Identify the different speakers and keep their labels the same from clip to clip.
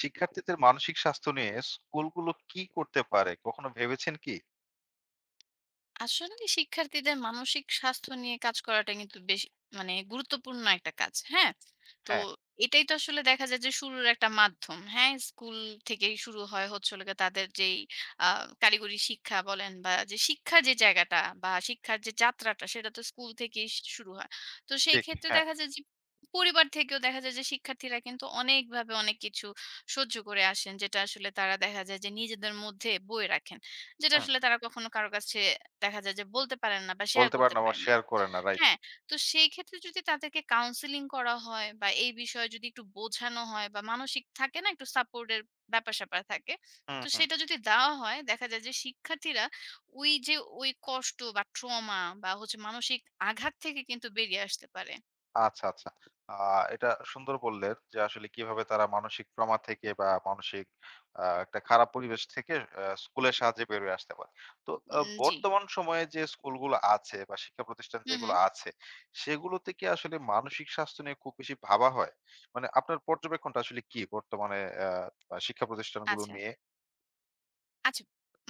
Speaker 1: শিক্ষার্থীদের মানসিক স্বাস্থ্য নিয়ে স্কুলগুলো কি করতে পারে? কখনো ভেবেছেন কি?
Speaker 2: আসলে শিক্ষার্থীদের মানসিক স্বাস্থ্য নিয়ে কাজ করাটা কিন্তু বেশ গুরুত্বপূর্ণ একটা কাজ। হ্যাঁ? তো
Speaker 1: হ্যাঁ,
Speaker 2: এটাই তো আসলে দেখা যায় যে শুরুর একটা মাধ্যম। হ্যাঁ? স্কুল থেকেই শুরু হয় হচ্ছে হলো গিয়ে তাদের যেই আ কারিগরি শিক্ষা বলেন বা যে শিক্ষার যে জায়গাটা বা শিক্ষার যে যাত্রাটা সেটা তো স্কুল থেকেই শুরু হয়। তো সেই
Speaker 1: ঠিক।
Speaker 2: ক্ষেত্রে
Speaker 1: হ্যাঁ,
Speaker 2: দেখা যায় যে পরিবার থেকেও দেখা যায় যে শিক্ষার্থীরা কিন্তু অনেকভাবে অনেক কিছু সহ্য করে আসেন, যেটা আসলে তারা দেখা যায় যে নিজেদের মধ্যে বয়ে রাখেন। যেটা
Speaker 1: হুম।
Speaker 2: আসলে তারা কখনো কারো কাছে দেখা যায় যে বলতে পারেন না বা শেয়ার
Speaker 1: বলতে পারে
Speaker 2: করতে
Speaker 1: না বা
Speaker 2: পারেন না।
Speaker 1: শেয়ার করে না। রাইট।
Speaker 2: হ্যাঁ, তো সেই ক্ষেত্রে যদি তাদেরকে কাউন্সেলিং করা হয় বা এই বিষয়ে যদি একটু বোঝানো হয় বা মানসিক থাকে না একটু সাপোর্ট এর ব্যাপার-স্যাপার থাকে।
Speaker 1: হুম,
Speaker 2: তো
Speaker 1: হুম।
Speaker 2: সেটা যদি দেওয়া হয় দেখা যায় যে শিক্ষার্থীরা ওই যে ওই কষ্ট বা ট্রমা বা হচ্ছে মানসিক আঘাত থেকে কিন্তু বেরিয়ে আসতে পারে।
Speaker 1: আচ্ছা, আচ্ছা। আ এটা সুন্দর বললেন যে আসলে কিভাবে তারা মানসিক ট্রমা থেকে বা মানসিক একটা খারাপ পরিবেশ থেকে স্কুলের সাহায্যে বেরিয়ে আসতে পারে। তো
Speaker 2: উম জি।
Speaker 1: বর্তমান সময়ে যে স্কুলগুলো আছে বা শিক্ষা প্রতিষ্ঠান
Speaker 2: হু, হু।
Speaker 1: যেগুলো আছে, সেগুলোতে কি আসলে মানসিক স্বাস্থ্য নিয়ে খুব বেশি ভাবা হয়? মানে আপনার পর্যবেক্ষণটা আসলে কি বর্তমানে আ আ শিক্ষা প্রতিষ্ঠানগুলো
Speaker 2: আচ্ছা।
Speaker 1: নিয়ে?
Speaker 2: আচ্ছা,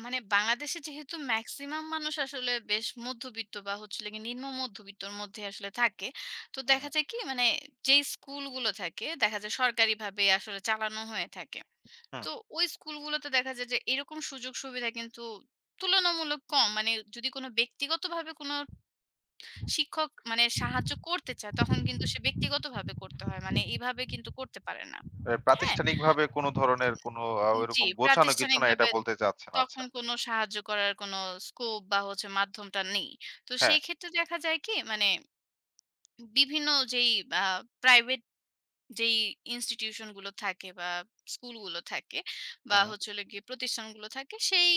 Speaker 2: বাংলাদেশে যেহেতু মেক্সিমাম মানুষ আসলে বেশ মধ্যবিত্ত বা হচ্ছে হলো গিয়ে নিম্ন মধ্যবিত্তর মধ্যে আসলে থাকে। তো
Speaker 1: হুম,
Speaker 2: দেখা যায় কি যেই স্কুলগুলো থাকে দেখা যায় সরকারিভাবে আসলে চালানো হয়ে থাকে।
Speaker 1: হুম।
Speaker 2: তো ওই স্কুলগুলোতে দেখা যায় যে এরকম সুযোগ সুবিধা কিন্তু তুলনামূলক কম। মানে যদি কোনো ব্যক্তিগতভাবে কোনো শিক্ষক সাহায্য করতে চায় তখন কিন্তু সে ব্যক্তিগতভাবে করতে হয়। মানে এভাবে কিন্তু করতে পারে না।
Speaker 1: এ
Speaker 2: হ্যাঁ?
Speaker 1: প্রাতিষ্ঠানিকভাবে কোনো ধরনের কোনো
Speaker 2: জি,
Speaker 1: ওইরকম গোছানো কিছু না, এটা
Speaker 2: প্রাতিষ্ঠানিকভাবে
Speaker 1: বলতে চাচ্ছেন। আচ্ছা।
Speaker 2: তখন কোনো সাহায্য করার কোনো স্কোপ বা হচ্ছে মাধ্যমটা নেই। তো
Speaker 1: হ্যাঁ।
Speaker 2: সেই ক্ষেত্রে দেখা যায় কি? মানে বিভিন্ন যেই আ প্রাইভেট যেই ইনস্টিটিউশন গুলো থাকে বা স্কুলগুলো থাকে বা
Speaker 1: হুম,
Speaker 2: হচ্ছে হলো গিয়ে প্রতিষ্ঠানগুলো থাকে সেই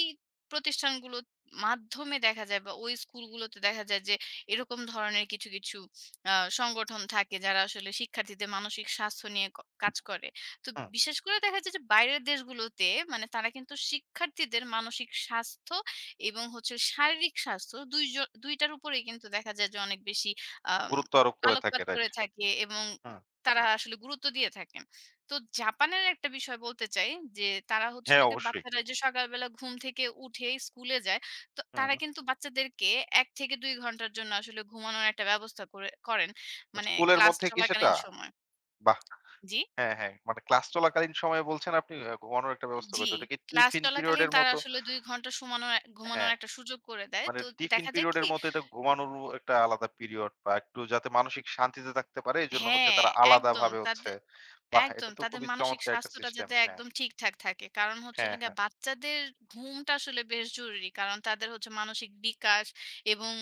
Speaker 2: প্রতিষ্ঠানগুলো মাধ্যমে দেখা যায় বা ওই স্কুলগুলোতে দেখা যায় যে এরকম ধরনের কিছু কিছু সংগঠন থাকে যারা আসলে শিক্ষার্থীদের মানসিক স্বাস্থ্য নিয়ে কাজ করে। তো
Speaker 1: হুম।
Speaker 2: বিশেষ করে দেখা যায় যে বাইরের দেশগুলোতে তারা কিন্তু শিক্ষার্থীদের মানসিক স্বাস্থ্য এবং হচ্ছে শারীরিক স্বাস্থ্য দুইটার উপরেই কিন্তু দেখা যায় যে অনেক বেশি আহ
Speaker 1: গুরুত্ব আরোপ করে থাকে।
Speaker 2: আলোকপাত
Speaker 1: রাইট।
Speaker 2: করে থাকে এবং
Speaker 1: হুম।
Speaker 2: তারা আসলে গুরুত্ব দিয়ে থাকেন। তো জাপানের একটা বিষয় বলতে চাই যে, তারা হচ্ছে
Speaker 1: হ্যাঁ,
Speaker 2: হলো গিয়ে
Speaker 1: অবশ্যই।
Speaker 2: বাচ্চারা যে সকালবেলা ঘুম থেকে উঠে স্কুলে যায়, তো তারা
Speaker 1: হুম।
Speaker 2: কিন্তু বাচ্চাদেরকে ১ থেকে ২ ঘন্টার জন্য আসলে ঘুমানোর একটা ব্যবস্থা করেন। মানে
Speaker 1: স্কুলের
Speaker 2: ক্লাস
Speaker 1: মধ্যে কি সেটা?
Speaker 2: চলাকালীন সময়।
Speaker 1: বাহ!
Speaker 2: জি,
Speaker 1: হ্যাঁ, হ্যাঁ। মানে ক্লাস চলাকালীন সময়ে বলছেন আপনি ঘুমানোর একটা ব্যবস্থা
Speaker 2: জি।
Speaker 1: করে দেন। ওটা কি
Speaker 2: ক্লাস
Speaker 1: টিফিন পিরিয়ড
Speaker 2: চলাকালীন
Speaker 1: এর
Speaker 2: তারা
Speaker 1: মতো?
Speaker 2: আসলে ২ ঘন্টা ঘুমানোর
Speaker 1: হ্যাঁ,
Speaker 2: একটা সুযোগ করে দেয়।
Speaker 1: মানে
Speaker 2: তো
Speaker 1: টিফিন
Speaker 2: দেখা যায়
Speaker 1: পিরিয়ড এর
Speaker 2: কি,
Speaker 1: মতো এটা ঘুমানোরও একটা আলাদা পিরিয়ড, বা একটু যাতে মানসিক শান্তিতে থাকতে পারে এজন্য হচ্ছে
Speaker 2: হ্যাঁ,
Speaker 1: তারা
Speaker 2: একদম
Speaker 1: আলাদাভাবে
Speaker 2: তাদে
Speaker 1: হচ্ছে। বাহ!
Speaker 2: একদম।
Speaker 1: এটা তো
Speaker 2: তাদের
Speaker 1: খুবই
Speaker 2: মানসিক
Speaker 1: চমৎকার একটা
Speaker 2: স্বাস্থ্যটা
Speaker 1: সিস্টেম।
Speaker 2: যাতে
Speaker 1: হ্যাঁ,
Speaker 2: একদম ঠিকঠাক থাকে। কারণ হচ্ছে
Speaker 1: হ্যাঁ,
Speaker 2: হলো গিয়ে
Speaker 1: হ্যাঁ।
Speaker 2: বাচ্চাদের ঘুমটা আসলে বেশ জরুরি। কারণ তাদের হচ্ছে মানসিক বিকাশ এবং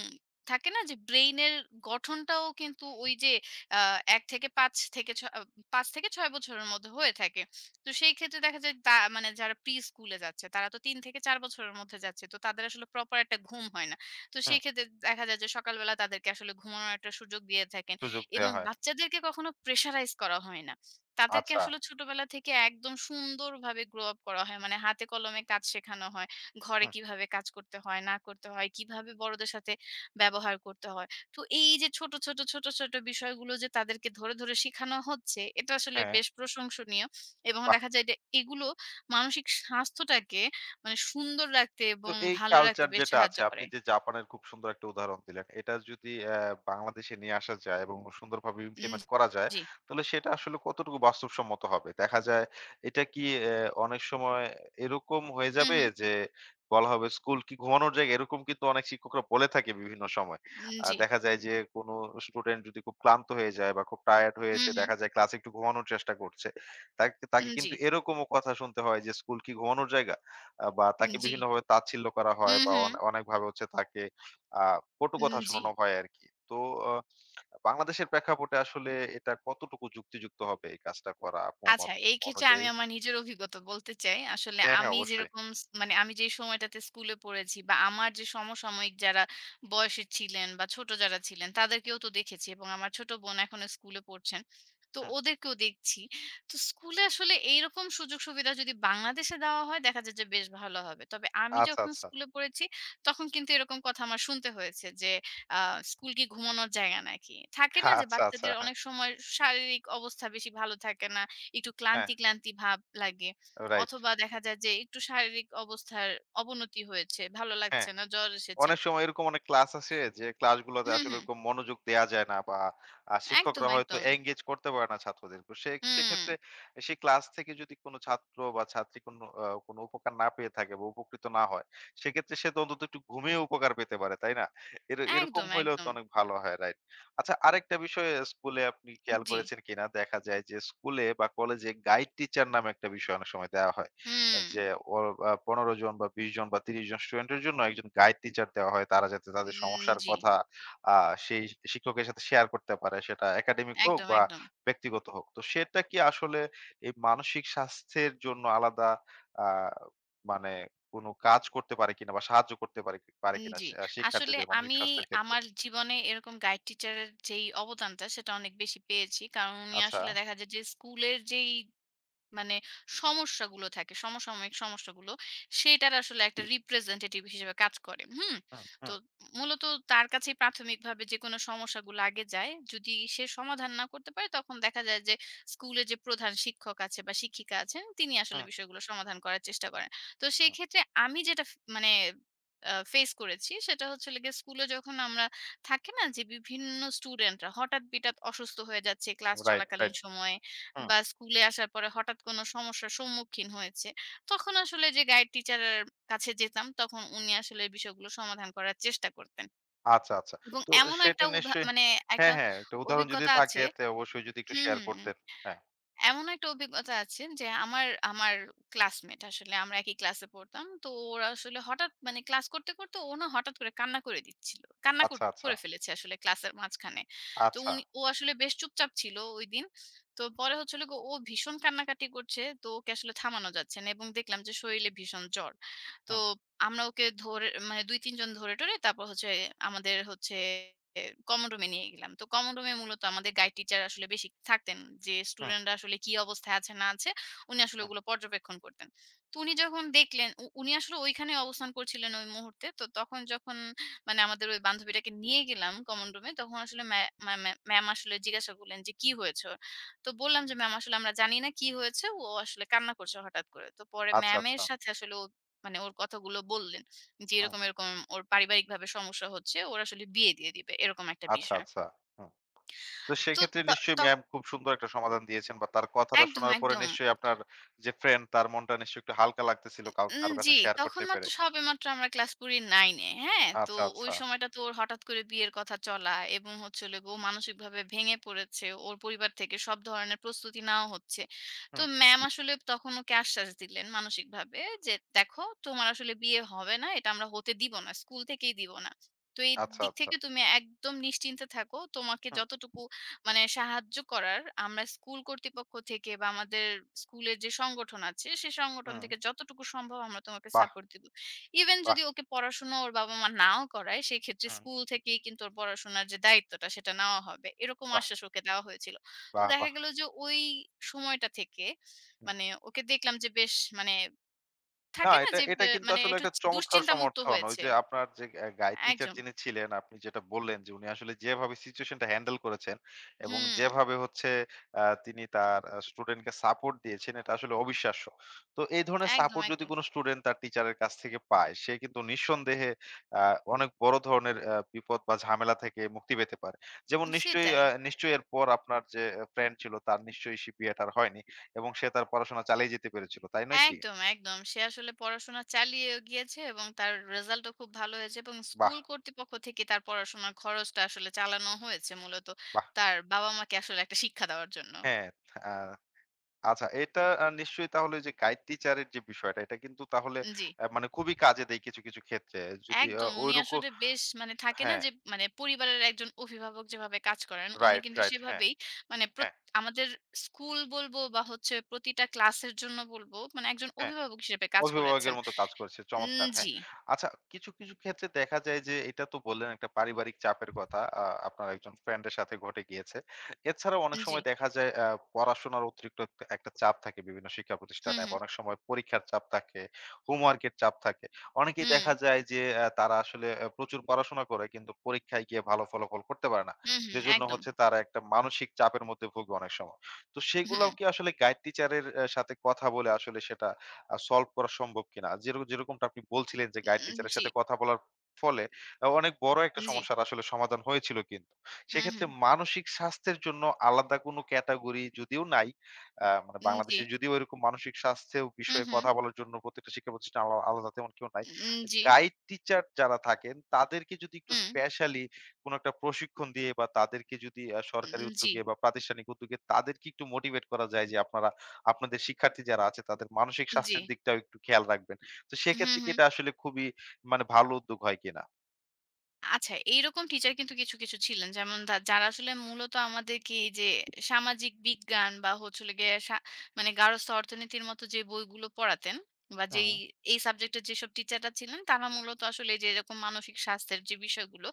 Speaker 2: থাকে না যে ব্রেইনের গঠনটাও কিন্তু ওই যে আ ১ থেকে ৫ থেকে ছ আ ৫ থেকে ৬ বছরের মধ্যে হয়ে থাকে। তো সেই ক্ষেত্রে দেখা যায় তা যারা প্রি-স্কুলে যাচ্ছে তারা তো ৩ থেকে ৪ বছরের মধ্যে যাচ্ছে। তো তাদের আসলে প্রপার একটা ঘুম হয় না। তো
Speaker 1: হুম।
Speaker 2: সেই ক্ষেত্রে দেখা যায় যে সকালবেলা তাদেরকে আসলে ঘুমানোর একটা সুযোগ দিয়ে থাকেন
Speaker 1: সুযোগ দেয়া
Speaker 2: এবং
Speaker 1: হয়।
Speaker 2: বাচ্চাদেরকে কখনো প্রেশারাইজ করা হয় না। তাদেরকে
Speaker 1: আচ্ছা।
Speaker 2: আসলে ছোটবেলা থেকে একদম সুন্দরভাবে গ্রো আপ করা হয়। মানে হাতে কলমে কাজ শেখানো হয়। ঘরে
Speaker 1: হুম।
Speaker 2: কিভাবে কাজ করতে হয়, না করতে হয়, কিভাবে বড়দের সাথে ব্যবহার করতে হয়। তো এই যে ছোট, ছোট, ছোট, ছোট বিষয়গুলো যে তাদেরকে ধরে, ধরে শিখানো হচ্ছে, এটা আসলে
Speaker 1: হ্যাঁ।
Speaker 2: বেশ প্রশংসনীয় এবং দেখা যায় যে এগুলো মানসিক স্বাস্থ্যটাকে সুন্দর রাখতে
Speaker 1: তো
Speaker 2: এবং
Speaker 1: এই
Speaker 2: ভালো রাখতে
Speaker 1: কালচার
Speaker 2: বেশ
Speaker 1: যেটা
Speaker 2: সাহায্য
Speaker 1: আছে, আপনি
Speaker 2: করে।
Speaker 1: যে জাপানের খুব সুন্দর একটা উদাহরণ দিলেন, এটা যদি বাংলাদেশে নিয়ে আসা যায় এবং সুন্দরভাবে
Speaker 2: উম
Speaker 1: ইমপ্লিমেন্ট করা যায়,
Speaker 2: জি।
Speaker 1: তাহলে সেটা আসলে কতটুকু বাস্তবসম্মত হবে? দেখা যায় এটা কি অনেক সময় এরকম হয়ে
Speaker 2: হু,
Speaker 1: যাবে
Speaker 2: হু।
Speaker 1: যে বলা হবে, স্কুল কি ঘুমানোর জায়গা? এরকম কিন্তু অনেক শিক্ষকরা বলে থাকে বিভিন্ন সময়।
Speaker 2: উম জি।
Speaker 1: দেখা যায় যে কোনো স্টুডেন্ট যদি খুব ক্লান্ত হয়ে যায় বা খুব টায়ার্ড হয়ে
Speaker 2: হু,
Speaker 1: এসে
Speaker 2: হু।
Speaker 1: দেখা যায় ক্লাসে একটু ঘুমানোর চেষ্টা করছে। তাকে
Speaker 2: উম
Speaker 1: তাকে
Speaker 2: জি।
Speaker 1: কিন্তু এরকমও কথা শুনতে হয় যে স্কুল কি ঘুমানোর জায়গা? বা তাকে
Speaker 2: জি।
Speaker 1: বিভিন্নভাবে তাচ্ছিল্য করা
Speaker 2: হু,
Speaker 1: হয় বা
Speaker 2: হু।
Speaker 1: অনেকভাবে হচ্ছে তাকে আ কটু
Speaker 2: উম
Speaker 1: কথা
Speaker 2: জি।
Speaker 1: শোনানো হয় আরকি। তো আ বাংলাদেশের প্রেক্ষাপটে আসলে এটা কতটুকু যুক্তিযুক্ত হবে, এই কাজটা করা আপনার
Speaker 2: আচ্ছা,
Speaker 1: মত
Speaker 2: এই ক্ষেত্রে আমি
Speaker 1: অনুযায়ী?
Speaker 2: আমার নিজের অভিজ্ঞতা বলতে চাই। আসলে
Speaker 1: হ্যাঁ, হ্যাঁ
Speaker 2: আমি
Speaker 1: অবশ্যই।
Speaker 2: যেরকম স মানে আমি যে সময়টাতে স্কুলে পড়েছি বা আমার যে সমসাময়িক যারা বয়সের ছিলেন বা ছোট যারা ছিলেন তাদেরকেও তো দেখেছি এবং আমার ছোট বোন এখনো স্কুলে পড়ছেন। তো
Speaker 1: হুম।
Speaker 2: ওদেরকেও দেখছি। তো স্কুলে আসলে এইরকম সুযোগ সুবিধা যদি বাংলাদেশে দেওয়া হয় দেখা যায় যে বেশ ভালো হবে। তবে আমি
Speaker 1: আচ্ছা,
Speaker 2: যখন
Speaker 1: আচ্ছা।
Speaker 2: স্কুলে পড়েছি তখন কিন্তু এরকম কথা আমার শুনতে হয়েছে যে, আ "স্কুল কি ঘুমানোর জায়গা নাকি?" থাকে না যে
Speaker 1: আচ্ছা, আচ্ছা।
Speaker 2: বাচ্চাদের
Speaker 1: হ্যাঁ,
Speaker 2: অনেক সময় শারীরিক অবস্থা বেশি ভালো থাকে না। একটু
Speaker 1: হ্যাঁ,
Speaker 2: ক্লান্তি, ক্লান্তি ভাব লাগে।
Speaker 1: রাইট।
Speaker 2: অথবা দেখা যায় যে একটু শারীরিক অবস্থার অবনতি হয়েছে, ভালো লাগছে
Speaker 1: হ্যাঁ।
Speaker 2: না, জ্বর এসেছে।
Speaker 1: অনেক সময় এরকম অনেক ক্লাস আছে যে ক্লাসগুলোতে
Speaker 2: হুম,
Speaker 1: আসলে
Speaker 2: হুম।
Speaker 1: ওরকম মনোযোগ দেয়া যায় না, বা
Speaker 2: একদম,
Speaker 1: শিক্ষকরা হয়তো
Speaker 2: একদম।
Speaker 1: engage করতে পারে না ছাত্রদেরকে। সে
Speaker 2: হুম,
Speaker 1: সেক্ষেত্রে সেই ক্লাস থেকে যদি কোনো ছাত্র বা ছাত্রী কোনো কোনো উপকার না পেয়ে থাকে বা উপকৃত না হয়, সেক্ষেত্রে সে তো অন্তত একটু ঘুমিয়ে উপকার পেতে পারে, তাই না? এরকম
Speaker 2: একদম,
Speaker 1: হইলেও তো
Speaker 2: একদম।
Speaker 1: অনেক ভালো হয়, রাইট? আচ্ছা, আরেকটা বিষয় স্কুলে আপনি খেয়াল
Speaker 2: জি।
Speaker 1: করেছেন কিনা, দেখা যায় যে স্কুলে বা কলেজে গাইড টিচার নামে একটা বিষয় অনেক সময় দেয়া হয়।
Speaker 2: হুম,
Speaker 1: যে ওর ১৫ জন বা ২০ জন বা ৩০ জন স্টুডেন্টের জন্য একজন গাইড টিচার দেওয়া হয়। তারা যাতে তাদের
Speaker 2: উম
Speaker 1: সমস্যার
Speaker 2: জি।
Speaker 1: কথা আ সেই শিক্ষকের সাথে শেয়ার করতে পারে, সেটা একাডেমিক হোক
Speaker 2: একদম,
Speaker 1: বা
Speaker 2: একদম।
Speaker 1: ব্যক্তিগত হোক। তো সেটা কি আসলে এই মানসিক স্বাস্থ্যের জন্য আলাদা আ মানে কোন কাজ করতে পারে কিনা বা সাহায্য করতে পারে কি পারে
Speaker 2: উম
Speaker 1: কিনা,
Speaker 2: জি।
Speaker 1: সে
Speaker 2: আসলে
Speaker 1: শিক্ষার্থীদের মানসিক
Speaker 2: আমি
Speaker 1: স্বাস্থ্যের ক্ষেত্রে?
Speaker 2: আমার জীবনে এরকম গাইড টিচারের যেই অবদানটা সেটা অনেক বেশি পেয়েছি। কারণ উনি
Speaker 1: আচ্ছা।
Speaker 2: আসলে দেখা যায় যে স্কুলের যেই মানে সমস্যাগুলো থাকে, সমসাময়িক সমস্যাগুলো, সেটার আসলে একটা representative হিসেবে কাজ করে। হুম?
Speaker 1: হুম,
Speaker 2: তো
Speaker 1: হুম,
Speaker 2: মূলত তার কাছেই প্রাথমিকভাবে যেকোনো সমস্যাগুলো আগে যায়। যদি সে সমাধান না করতে পারে, তখন দেখা যায় যে স্কুলে যে প্রধান শিক্ষক আছে বা শিক্ষিকা আছেন, তিনি আসলে
Speaker 1: হুম,
Speaker 2: বিষয়গুলো সমাধান করার চেষ্টা করেন। তো
Speaker 1: হুম।
Speaker 2: সেক্ষেত্রে আমি যেটা ফ মানে আ ফেস করেছি, সেটা হচ্ছে হলো গিয়ে স্কুলে যখন আমরা থাকে না যে বিভিন্ন স্টুডেন্টরা হঠাৎ-বিঠাৎ অসুস্থ হয়ে যাচ্ছে ক্লাস
Speaker 1: রাইট,
Speaker 2: চলাকালীন
Speaker 1: রাইট।
Speaker 2: সময়ে।
Speaker 1: হুম।
Speaker 2: বা স্কুলে আসার পরে হঠাৎ কোনো সমস্যার সম্মুখীন হয়েছে। তখন আসলে যে গাইড টিচারের কাছে যেতাম তখন উনি আসলে বিষয়গুলো সমাধান করার চেষ্টা করতেন।
Speaker 1: আচ্ছা, আচ্ছা।
Speaker 2: এবং
Speaker 1: তো
Speaker 2: এমনও একটা
Speaker 1: সেটা
Speaker 2: উদাহ
Speaker 1: নিশ্চয়ই
Speaker 2: মানে একটা
Speaker 1: হ্যাঁ, হ্যাঁ, একটা উদাহরণ যদি
Speaker 2: অভিজ্ঞতা আছে।
Speaker 1: থাকে তে অবশ্যই যদি একটু
Speaker 2: হুম,
Speaker 1: শেয়ার
Speaker 2: হুম।
Speaker 1: করতেন। হ্যাঁ।
Speaker 2: এমন একটা অভিজ্ঞতা আছে যে আমার আমার ক্লাসমেট, আসলে আমরা একই ক্লাসে পড়তাম। তো ওরা আসলে হঠাৎ ক্লাস করতে, করতে ও না হঠাৎ করে কান্না করে দিচ্ছিল। কান্না কর
Speaker 1: আচ্ছা, আচ্ছা,
Speaker 2: করে ফেলেছে আসলে ক্লাসের মাঝখানে। তো
Speaker 1: আচ্ছা।
Speaker 2: উনি ও আসলে বেশ চুপচাপ ছিল ঐদিন। তো পরে হচ্ছে হলো গিয়ে ও ভীষণ কান্নাকাটি করছে। তো ওকে আসলে থামানো যাচ্ছে না এবং দেখলাম যে শরীরে ভীষণ জ্বর। তো
Speaker 1: হুম,
Speaker 2: আমরা ওকে ধরে ২-৩ জন ধরে টরে তারপর হচ্ছে আমাদের হচ্ছে এ কমন রুমে নিয়ে গেলাম। তো কমন রুমে মূলত আমাদের গাইড টিচার আসলে বেশি থাকতেন। যে
Speaker 1: হুম,
Speaker 2: স্টুডেন্টরা আসলে কি অবস্থায় আছে না আছে উনি আসলে
Speaker 1: হুম।
Speaker 2: ওগুলো পর্যবেক্ষণ করতেন। তো উনি যখন দেখলেন উনি আসলে ওইখানে অবস্থান করছিলেন ওই মুহূর্তে। তো তখন যখন আমাদের ওই বান্ধবীটাকে নিয়ে গেলাম কমন রুমে তখন আসলে ম্যা ম্যা ম্যা ম্যাম আসলে জিজ্ঞাসা করলেন যে, "কি হয়েছে ওর?" তো বললাম যে, "ম্যাম আসলে আমরা জানি না কি হয়েছে। ও আসলে কান্না করছে হঠাৎ করে।" তো পরে
Speaker 1: আচ্ছা,
Speaker 2: ম্যামের
Speaker 1: আচ্ছা।
Speaker 2: সাথে আসলে ও ওর কথাগুলো বললেন যে
Speaker 1: হুম।
Speaker 2: এরকম, এরকম ওর পারিবারিকভাবে সমস্যা হচ্ছে। ওর আসলে বিয়ে দিয়ে দিবে। এরকম একটা
Speaker 1: আচ্ছা,
Speaker 2: বিষয়।
Speaker 1: আচ্ছা। হুম। তো
Speaker 2: তো
Speaker 1: সেক্ষেত্রে
Speaker 2: ত
Speaker 1: নিশ্চয়ই
Speaker 2: ত
Speaker 1: ম্যাম খুব সুন্দর একটা সমাধান দিয়েছেন, বা তার কথাটা
Speaker 2: একদম,
Speaker 1: শোনার পরে
Speaker 2: একদম।
Speaker 1: নিশ্চয়ই আপনার যে ফ্রেন্ড, তার মনটা নিশ্চয়ই একটু হালকা লাগতেছিল কাউ
Speaker 2: উম
Speaker 1: কারো
Speaker 2: জি,
Speaker 1: কাছে শেয়ার
Speaker 2: তখন
Speaker 1: করতে পেরে।
Speaker 2: সবেমাত্র আমরা ক্লাস করি ৯ এ। হ্যাঁ? তো
Speaker 1: আচ্ছা,
Speaker 2: ওই
Speaker 1: আচ্ছা।
Speaker 2: সময়টা তো ওর হঠাৎ করে বিয়ের কথা চলা এবং হচ্ছে হলো গিয়ে ও মানসিকভাবে ভেঙে পড়েছে। ওর পরিবার থেকে সব ধরনের প্রস্তুতি নেওয়া হচ্ছে। তো
Speaker 1: হুম।
Speaker 2: ম্যাম আসলে তখন ওকে আশ্বাস দিলেন মানসিকভাবে যে, "দেখো তোমার আসলে বিয়ে হবে না। এটা আমরা হতে দিব না। স্কুল থেকেই দিব না। তো এই
Speaker 1: আচ্ছা,
Speaker 2: দিক
Speaker 1: আচ্ছা।
Speaker 2: থেকে তুমি একদম নিশ্চিন্তে থাকো। তোমাকে
Speaker 1: হুম,
Speaker 2: যতটুকু সাহায্য করার আমরা স্কুল কর্তৃপক্ষ থেকে বা আমাদের স্কুলের যে সংগঠন আছে সে সংগঠন
Speaker 1: হুম।
Speaker 2: থেকে যতটুকু সম্ভব আমরা তোমাকে
Speaker 1: বাহ!
Speaker 2: সাপোর্ট দিব। ইভেন
Speaker 1: বাহ!
Speaker 2: যদি ওকে পড়াশোনা ওর বাবা-মা নাও করায় সেক্ষেত্রে
Speaker 1: হুম।
Speaker 2: স্কুল থেকেই কিন্তু ওর পড়াশোনার যে দায়িত্বটা সেটা নেওয়া হবে।" এরকম
Speaker 1: বাহ!
Speaker 2: আশ্বাস ওকে দেওয়া হয়েছিল। তো
Speaker 1: বাহ!
Speaker 2: দেখা
Speaker 1: বাহ!
Speaker 2: গেল যে ওই সময়টা থেকে ওকে দেখলাম যে বেশ মানে
Speaker 1: না,
Speaker 2: থাকে না
Speaker 1: এটা
Speaker 2: যে
Speaker 1: এটা
Speaker 2: বে
Speaker 1: কিন্তু
Speaker 2: মানে
Speaker 1: আসলে
Speaker 2: একটু
Speaker 1: একটা চমৎকার
Speaker 2: দুশ্চিন্তামুক্ত
Speaker 1: সমর্থন। ওই
Speaker 2: হয়েছে।
Speaker 1: যে আপনার যে গাইড টিচার
Speaker 2: একদম।
Speaker 1: যিনি ছিলেন, আপনি যেটা বললেন যে উনি আসলে যেভাবে সিচুয়েশনটা হ্যান্ডেল করেছেন এবং
Speaker 2: হুম,
Speaker 1: যেভাবে হচ্ছে তিনি তার স্টুডেন্টকে সাপোর্ট দিয়েছেন, এটা আসলে অবিশ্বাস্য। তো এই ধরনের
Speaker 2: একদম,
Speaker 1: সাপোর্ট যদি
Speaker 2: একদম।
Speaker 1: কোনো স্টুডেন্ট তার টিচারের কাছ থেকে পায়, সে কিন্তু নিঃসন্দেহে আ অনেক বড় ধরনের বিপদ বা ঝামেলা থেকে মুক্তি পেতে পারে। যেমন নিশ্চয়ই
Speaker 2: সেটাই।
Speaker 1: নিশ্চয়ই এরপর আপনার যে ফ্রেন্ড ছিল, তার নিশ্চয়ই সে বিয়েটা আর হয়নি এবং সে তার পড়াশোনা চালিয়ে যেতে পেরেছিল। তাই নয় কি?
Speaker 2: একদম, একদম। সে আসলে পড়াশোনা চালিয়ে গিয়েছে এবং তার রেজাল্টও খুব ভালো হয়েছে এবং
Speaker 1: বাহ!
Speaker 2: স্কুল কর্তৃপক্ষ থেকে তার পড়াশোনার খরচটা আসলে চালানো হয়েছে মূলত
Speaker 1: বাহ!
Speaker 2: তার বাবা-মাকে আসলে একটা শিক্ষা দেওয়ার জন্য।
Speaker 1: হ্যাঁ, আ আচ্ছা, এটা নিশ্চয়ই তাহলে ওই যে গাইড টিচারের যে বিষয়টা, এটা কিন্তু তাহলে
Speaker 2: জি।
Speaker 1: মানে খুবই কাজে দেয় কিছু, কিছু ক্ষেত্রে। যদি
Speaker 2: একদম, উনি
Speaker 1: ঐরকম
Speaker 2: আসলে বেশ মানে থাকে না
Speaker 1: হ্যাঁ,
Speaker 2: যে মানে পরিবারের একজন অভিভাবক যেভাবে কাজ করেন, উনি
Speaker 1: রাইট,
Speaker 2: কিন্তু
Speaker 1: রাইট। হ্যাঁ,
Speaker 2: সেভাবেই মানে প্রত
Speaker 1: হ্যাঁ,
Speaker 2: আমাদের স্কুল বলব বা হচ্ছে প্রতিটা ক্লাসের জন্য বলব একজন
Speaker 1: হ্যাঁ।
Speaker 2: অভিভাবক হিসেবে কাজ করেছেন।
Speaker 1: অভিভাবকের মতো কাজ করছে।
Speaker 2: উম
Speaker 1: চমৎকার! হ্যাঁ।
Speaker 2: জি,
Speaker 1: আচ্ছা, কিছু, কিছু ক্ষেত্রে দেখা যায় যে এটা তো বললেন একটা পারিবারিক চাপের কথা। আপনার একজন ফ্রেন্ড এর সাথে ঘটে গিয়েছে। এছাড়াও অনেক
Speaker 2: জি।
Speaker 1: সময় দেখা যায় পড়াশোনার অতিরিক্ত একটা একটা চাপ থাকে বিভিন্ন শিক্ষা
Speaker 2: হুম,
Speaker 1: প্রতিষ্ঠানে। বা
Speaker 2: হুম,
Speaker 1: অনেক সময় পরীক্ষার চাপ থাকে, হোমওয়ার্কের চাপ থাকে। অনেকেই
Speaker 2: হুম,
Speaker 1: দেখা যায় যে তারা আসলে প্রচুর পড়াশোনা করে কিন্তু পরীক্ষায় গিয়ে ভালো ফলাফল করতে পারে না।
Speaker 2: হুম, হুম,
Speaker 1: যেজন্য
Speaker 2: একদম।
Speaker 1: হচ্ছে তারা একটা মানসিক চাপের মধ্যে ভোগে অনেক সময়। তো
Speaker 2: হুম।
Speaker 1: সেগুলাও কি আসলে গাইড টিচারের সাথে কথা বলে আসলে সেটা সলভ করা সম্ভব কিনা। যেরকমটা আপনি বলছিলেন যে গাইড
Speaker 2: উম
Speaker 1: টিচারের
Speaker 2: জি,
Speaker 1: সাথে কথা বলার ফলে অনেক বড় একটা
Speaker 2: জি।
Speaker 1: সমস্যার আসলে সমাধান হয়েছিল কিন্তু।
Speaker 2: হুম,
Speaker 1: সেক্ষেত্রে
Speaker 2: হুম।
Speaker 1: মানসিক স্বাস্থ্যের জন্য আলাদা কোনো ক্যাটেগরি যদিও নাই, মানে
Speaker 2: উম জি।
Speaker 1: বাংলাদেশে যদিও এরকম মানসিক স্বাস্থ্যের
Speaker 2: হুম,
Speaker 1: বিষয়ে
Speaker 2: হুম।
Speaker 1: কথা বলার জন্য প্রত্যেকটা শিক্ষা প্রতিষ্ঠানে আলাদা তেমন কেউ নাই।
Speaker 2: উম জি।
Speaker 1: গাইড টিচার যারা থাকেন তাদেরকে যদি একটু
Speaker 2: হুম।
Speaker 1: স্পেশালি কোনো একটা প্রশিক্ষণ দিয়ে, বা তাদেরকে যদি
Speaker 2: উম
Speaker 1: সরকারি
Speaker 2: জি,
Speaker 1: উদ্যোগে বা প্রাতিষ্ঠানিক উদ্যোগে তাদেরকে একটু মোটিভেট করা যায় যে, আপনারা আপনাদের শিক্ষার্থী যারা আছে তাদের মানসিক
Speaker 2: জি।
Speaker 1: স্বাস্থ্যের দিকটাও একটু খেয়াল রাখবেন। তো
Speaker 2: হুম,
Speaker 1: সেক্ষেত্রে কি
Speaker 2: হুম।
Speaker 1: এটা আসলে খুবই মানে ভালো উদ্যোগ হয় কিনা?
Speaker 2: আচ্ছা, এইরকম টিচার কিন্তু কিছু, কিছু ছিলেন। যেমন দা যারা আসলে মূলত আমাদেরকে এই যে সামাজিক বিজ্ঞান বা হচ্ছে হলো গিয়ে সা মানে গার্হস্থ্য অর্থনীতির মতো যে বইগুলো পড়াতেন বা যেই
Speaker 1: হুম,
Speaker 2: এই এই সাবজেক্টের যেসব টিচাররা ছিলেন তারা মূলত আসলে যে এরকম মানসিক স্বাস্থ্যের যে বিষয়গুলো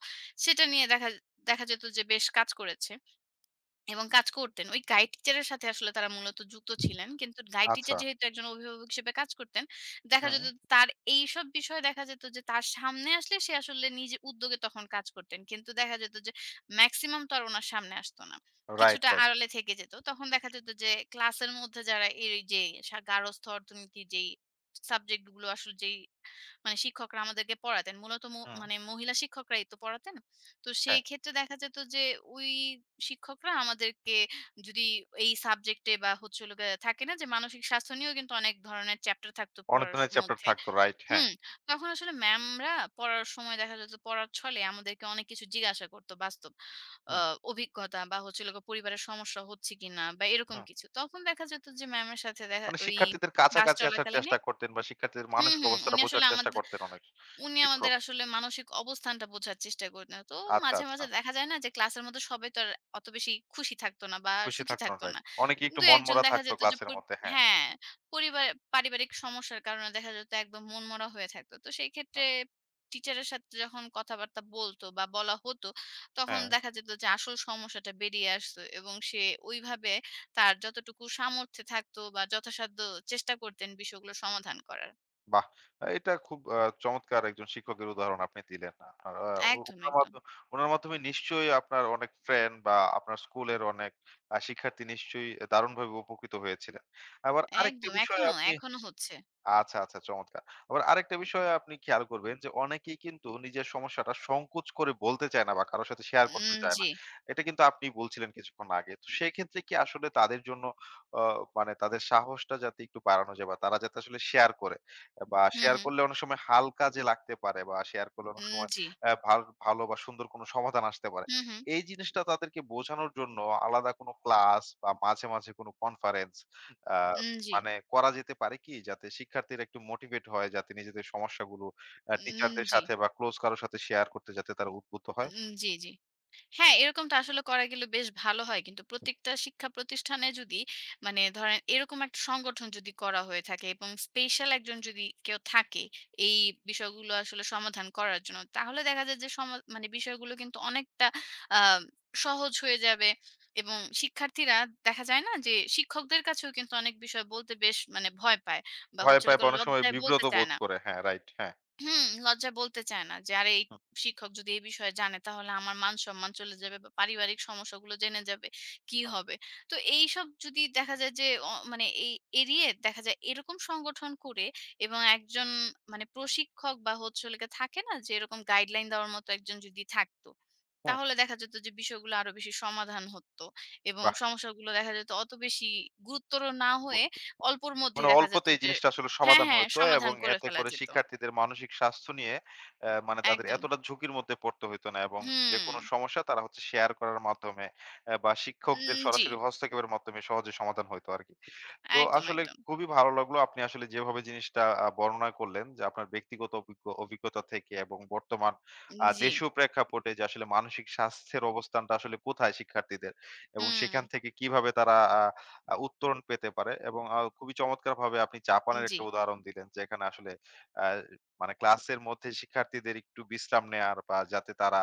Speaker 2: সেটা নিয়ে দেখা দেখা যেত যে বেশ কাজ করেছে এবং কাজ করতেন। ওই গাইড টিচারের সাথে আসলে তারা মূলত যুক্ত ছিলেন। কিন্তু গাইড টিচার
Speaker 1: আচ্ছা।
Speaker 2: যেহেতু একজন অভিভাবক হিসেবে কাজ করতেন, দেখা
Speaker 1: হুম,
Speaker 2: যেত তার এইসব বিষয়ে দেখা যেত যে তার সামনে আসলে সে আসলে নিজে উদ্যোগে তখন কাজ করতেন। কিন্তু দেখা যেত যে মেক্সিমাম তো আর উনার সামনে আসতো না।
Speaker 1: রাইট,
Speaker 2: কিছুটা
Speaker 1: রাইট।
Speaker 2: আড়ালে থেকে যেত। তখন দেখা যেত যে ক্লাসের মধ্যে যারা এই যে গার্হস্থ্য অর্থনীতি যেই সাবজেক্ট গুলো আসলে যেই শিক্ষকরা আমাদেরকে পড়াতেন। মূলত ম
Speaker 1: হুম।
Speaker 2: মানে মহিলা শিক্ষকরাই তো পড়াতেন। তো সেই
Speaker 1: হ্যাঁ,
Speaker 2: ক্ষেত্রে দেখা যেত যে ওই শিক্ষকরা আমাদেরকে যদি এই সাবজেক্টে বা হচ্ছে হলো গিয়ে থাকে না যে মানসিক স্বাস্থ্য নিয়েও কিন্তু অনেক ধরনের চ্যাপ্টার থাকতো পড়ার
Speaker 1: অনুপ্রেরণার চ্যাপ্টার
Speaker 2: মধ্যে।
Speaker 1: থাকতো, রাইট, হ্যাঁ।
Speaker 2: হুম, তখন আসলে ম্যামরা পড়ার সময় দেখা যেত পড়ার ছলে আমাদেরকে অনেক কিছু জিজ্ঞাসা করতো বাস্তব
Speaker 1: হুম,
Speaker 2: অভিজ্ঞতা বা হচ্ছে হলো গিয়ে পরিবারের সমস্যা হচ্ছে কিনা বা এরকম
Speaker 1: হুম।
Speaker 2: কিছু তখন দেখা যেত যে ম্যামের সাথে দেখা
Speaker 1: মানে
Speaker 2: ওই
Speaker 1: শিক্ষার্থীদের
Speaker 2: ক্লাস
Speaker 1: কাছাকাছি আসার
Speaker 2: চলাকালীন।
Speaker 1: চেষ্টা করতেন বা শিক্ষার্থীদের
Speaker 2: হুম,
Speaker 1: মানসিক
Speaker 2: হুম,
Speaker 1: অবস্থাটা বোঝার চেষ্টা করতেন অনেক
Speaker 2: উনি আমাদের
Speaker 1: শিক্ষক।
Speaker 2: আসলে মানসিক অবস্থানটা বোঝার চেষ্টা করতেন। তো
Speaker 1: আচ্ছা,
Speaker 2: মাঝে,
Speaker 1: আচ্ছা।
Speaker 2: মাঝে দেখা যায় না যে ক্লাসের মধ্যে সবাই তো আর অত বেশি খুশি থাকতো না বা
Speaker 1: খুশি
Speaker 2: সুখী
Speaker 1: থাকতো,
Speaker 2: থাকতো
Speaker 1: রাইট।
Speaker 2: না।
Speaker 1: অনেকেই একটু
Speaker 2: ২-১ জন
Speaker 1: মনমরা
Speaker 2: দেখা
Speaker 1: থাকতো
Speaker 2: যেত যে
Speaker 1: ক্লাসের
Speaker 2: পরি
Speaker 1: মধ্যে। হ্যাঁ,
Speaker 2: হ্যাঁ, পরিবার পারিবারিক সমস্যার কারণে দেখা যেত একদম মনমরা হয়ে থাকতো। তো সেই ক্ষেত্রে
Speaker 1: হ্যাঁ।
Speaker 2: টিচারের সাথে যখন কথাবার্তা বলতো বা বলা হতো, তখন
Speaker 1: হ্যাঁ।
Speaker 2: দেখা যেত যে আসল সমস্যাটা বেরিয়ে আসতো এবং সে ওইভাবে তার যতটুকু সামর্থ্যে থাকতো বা যথাসাধ্য চেষ্টা করতেন বিষয়গুলো সমাধান করার।
Speaker 1: বাহ! এটা খুব চমৎকার একজন শিক্ষকের উদাহরণ আপনি দিলেন। আপনার আ উ
Speaker 2: একদম,
Speaker 1: উনার
Speaker 2: একদম।
Speaker 1: মাধ্যমে উনার মাধ্যমে নিশ্চয়ই আপনার অনেক ফ্রেন্ড বা আপনার স্কুলের অনেক শিক্ষার্থী নিশ্চয়ই দারুণভাবে উপকৃত হয়েছিলেন। আবার আরেকটা
Speaker 2: একদম।
Speaker 1: বিষয়
Speaker 2: এখনো,
Speaker 1: আপনি
Speaker 2: এখনো হচ্ছে।
Speaker 1: আচ্ছা, আচ্ছা, চমৎকার। আবার আরেকটা বিষয় আপনি খেয়াল করবেন যে অনেকেই কিন্তু নিজের সমস্যাটা সংকোচ করে বলতে চায় না বা কারো সাথে শেয়ার করতে
Speaker 2: উম
Speaker 1: চায় না।
Speaker 2: জি।
Speaker 1: এটা কিন্তু আপনি বলছিলেন কিছুক্ষণ আগে। তো সেক্ষেত্রে কি আসলে তাদের জন্য অ মানে তাদের সাহসটা যাতে একটু বাড়ানো যায় বা তারা যাতে আসলে শেয়ার করে, বা
Speaker 2: হু,
Speaker 1: শেয়ার
Speaker 2: হু।
Speaker 1: করলে অনেক সময় হালকা যে লাগতে পারে, বা শেয়ার করলে অনেক
Speaker 2: উম
Speaker 1: সময়
Speaker 2: জি।
Speaker 1: অ্যা ভাল ভালো বা সুন্দর কোনো সমাধান আসতে পারে।
Speaker 2: হু, হু।
Speaker 1: এই জিনিসটা তাদেরকে বোঝানোর জন্য আলাদা কোনো ক্লাস বা মাঝে, মাঝে কোনো কনফারেন্স আ
Speaker 2: উম জি।
Speaker 1: মানে করা যেতে পারে কি? যাতে শিক্ষার্থীরা একটু মোটিভেট হয়, যাতে নিজেদের সমস্যাগুলো
Speaker 2: উম
Speaker 1: টিচারদের
Speaker 2: জি।
Speaker 1: সাথে বা ক্লোজ কারো সাথে শেয়ার করতে যাতে তারা উদ্বুদ্ধ হয়।
Speaker 2: উম জি, জি। হ্যাঁ, এরকমটা আসলে করা গেলে বেশ ভালো হয়। কিন্তু প্রত্যেকটা শিক্ষা প্রতিষ্ঠানে যদি ধরেন এরকম একটা সংগঠন যদি করা হয়ে থাকে এবং স্পেশাল একজন যদি কেউ থাকে এই বিষয়গুলো আসলে সমাধান করার জন্য, তাহলে দেখা যায় যে সমা মানে বিষয়গুলো কিন্তু অনেকটা আ সহজ হয়ে যাবে এবং শিক্ষার্থীরা, দেখা যায় না যে শিক্ষকদের কাছেও কিন্তু অনেক বিষয় বলতে বেশ ভয় পায় বা
Speaker 1: ভয়
Speaker 2: হচ্ছে
Speaker 1: পায় বা
Speaker 2: হলো
Speaker 1: অনেক সময়
Speaker 2: লজ্জায় বলতে
Speaker 1: বিব্রত
Speaker 2: চায়
Speaker 1: বোধ
Speaker 2: না।
Speaker 1: করে। হ্যাঁ, রাইট। হ্যাঁ।
Speaker 2: হুম, লজ্জায় বলতে চায় না যে, "আরে এই
Speaker 1: হুম,
Speaker 2: শিক্ষক যদি এই বিষয়ে জানে তাহলে আমার মান-সম্মান চলে যাবে বা পারিবারিক সমস্যাগুলো জেনে যাবে। কি
Speaker 1: হুম,
Speaker 2: হবে?" তো এইসব যদি দেখা যায় যে অ মানে এই এড়িয়ে দেখা যায় এরকম সংগঠন করে এবং একজন প্রশিক্ষক বা হচ্ছে হলো গিয়ে থাকে না যে এরকম গাইডলাইন দেওয়ার মতো একজন যদি থাকতো,
Speaker 1: হুম।
Speaker 2: তাহলে দেখা যেত যে বিষয়গুলো আরো বেশি সমাধান হতো এবং
Speaker 1: বাহ!
Speaker 2: সমস্যাগুলো দেখা যেত অত বেশি গুরুত্বর না
Speaker 1: ব
Speaker 2: হয়ে অল্পর মধ্যে
Speaker 1: মানে
Speaker 2: দেখা যেত
Speaker 1: অল্পতেই এই
Speaker 2: যে
Speaker 1: জিনিসটা আসলে
Speaker 2: হ্যাঁ,
Speaker 1: সমাধান
Speaker 2: হ্যাঁ,
Speaker 1: হইতো,
Speaker 2: সমাধান
Speaker 1: এবং
Speaker 2: করে
Speaker 1: এতে
Speaker 2: ফেলা
Speaker 1: করে
Speaker 2: যেত।
Speaker 1: শিক্ষার্থীদের মানসিক স্বাস্থ্য নিয়ে মানে তাদের
Speaker 2: একদম।
Speaker 1: এতটা ঝুঁকির মধ্যে পড়তে হইতো না, এবং
Speaker 2: হুম,
Speaker 1: যেকোনো সমস্যা তারা হচ্ছে শেয়ার করার মাধ্যমে বা শিক্ষকদের
Speaker 2: উম জি,
Speaker 1: সরাসরি হস্তক্ষেপের মাধ্যমে সহজে সমাধান হইতো আরকি। তো
Speaker 2: একদম,
Speaker 1: আসলে
Speaker 2: একদম।
Speaker 1: খুবই ভালো লাগলো আপনি আসলে যেভাবে জিনিসটা বর্ণনা করলেন, যে আপনার ব্যক্তিগত অভিজ্ঞতা থেকে এবং বর্তমান
Speaker 2: জি,
Speaker 1: দেশীয় প্রেক্ষাপটে যে আসলে মানসিক স্বাস্থ্যের অবস্থানটা আসলে কোথায় শিক্ষার্থীদের, এবং
Speaker 2: হুম,
Speaker 1: সেখান থেকে কিভাবে তারা আ আ উত্তরণ পেতে পারে, এবং খুবই চমৎকারভাবে আপনি জাপানের
Speaker 2: জি,
Speaker 1: একটা উদাহরণ দিলেন যেখানে আসলে আ মানে ক্লাসের মধ্যে শিক্ষার্থীদের একটু বিশ্রাম নেয়ার বা যাতে তারা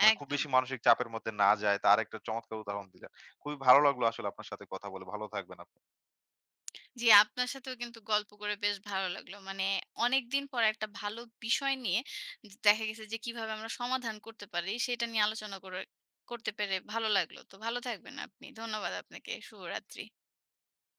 Speaker 1: মানে খুব
Speaker 2: একদম।
Speaker 1: বেশি মানসিক চাপের মধ্যে না যায় তার একটা চমৎকার উদাহরণ দিলেন। খুবই ভালো লাগলো আসলে আপনার সাথে কথা বলে। ভালো থাকবেন আপনি।
Speaker 2: জি, আপনার সাথেও কিন্তু গল্প করে বেশ ভালো লাগলো। মানে অনেকদিন পর একটা ভালো বিষয় নিয়ে দেখা গেছে যে কিভাবে আমরা সমাধান করতে পারি সেটা নিয়ে আলোচনা করতে পেরে ভালো লাগলো। তো ভালো থাকবেন আপনি। ধন্যবাদ আপনাকে। শুভরাত্রি।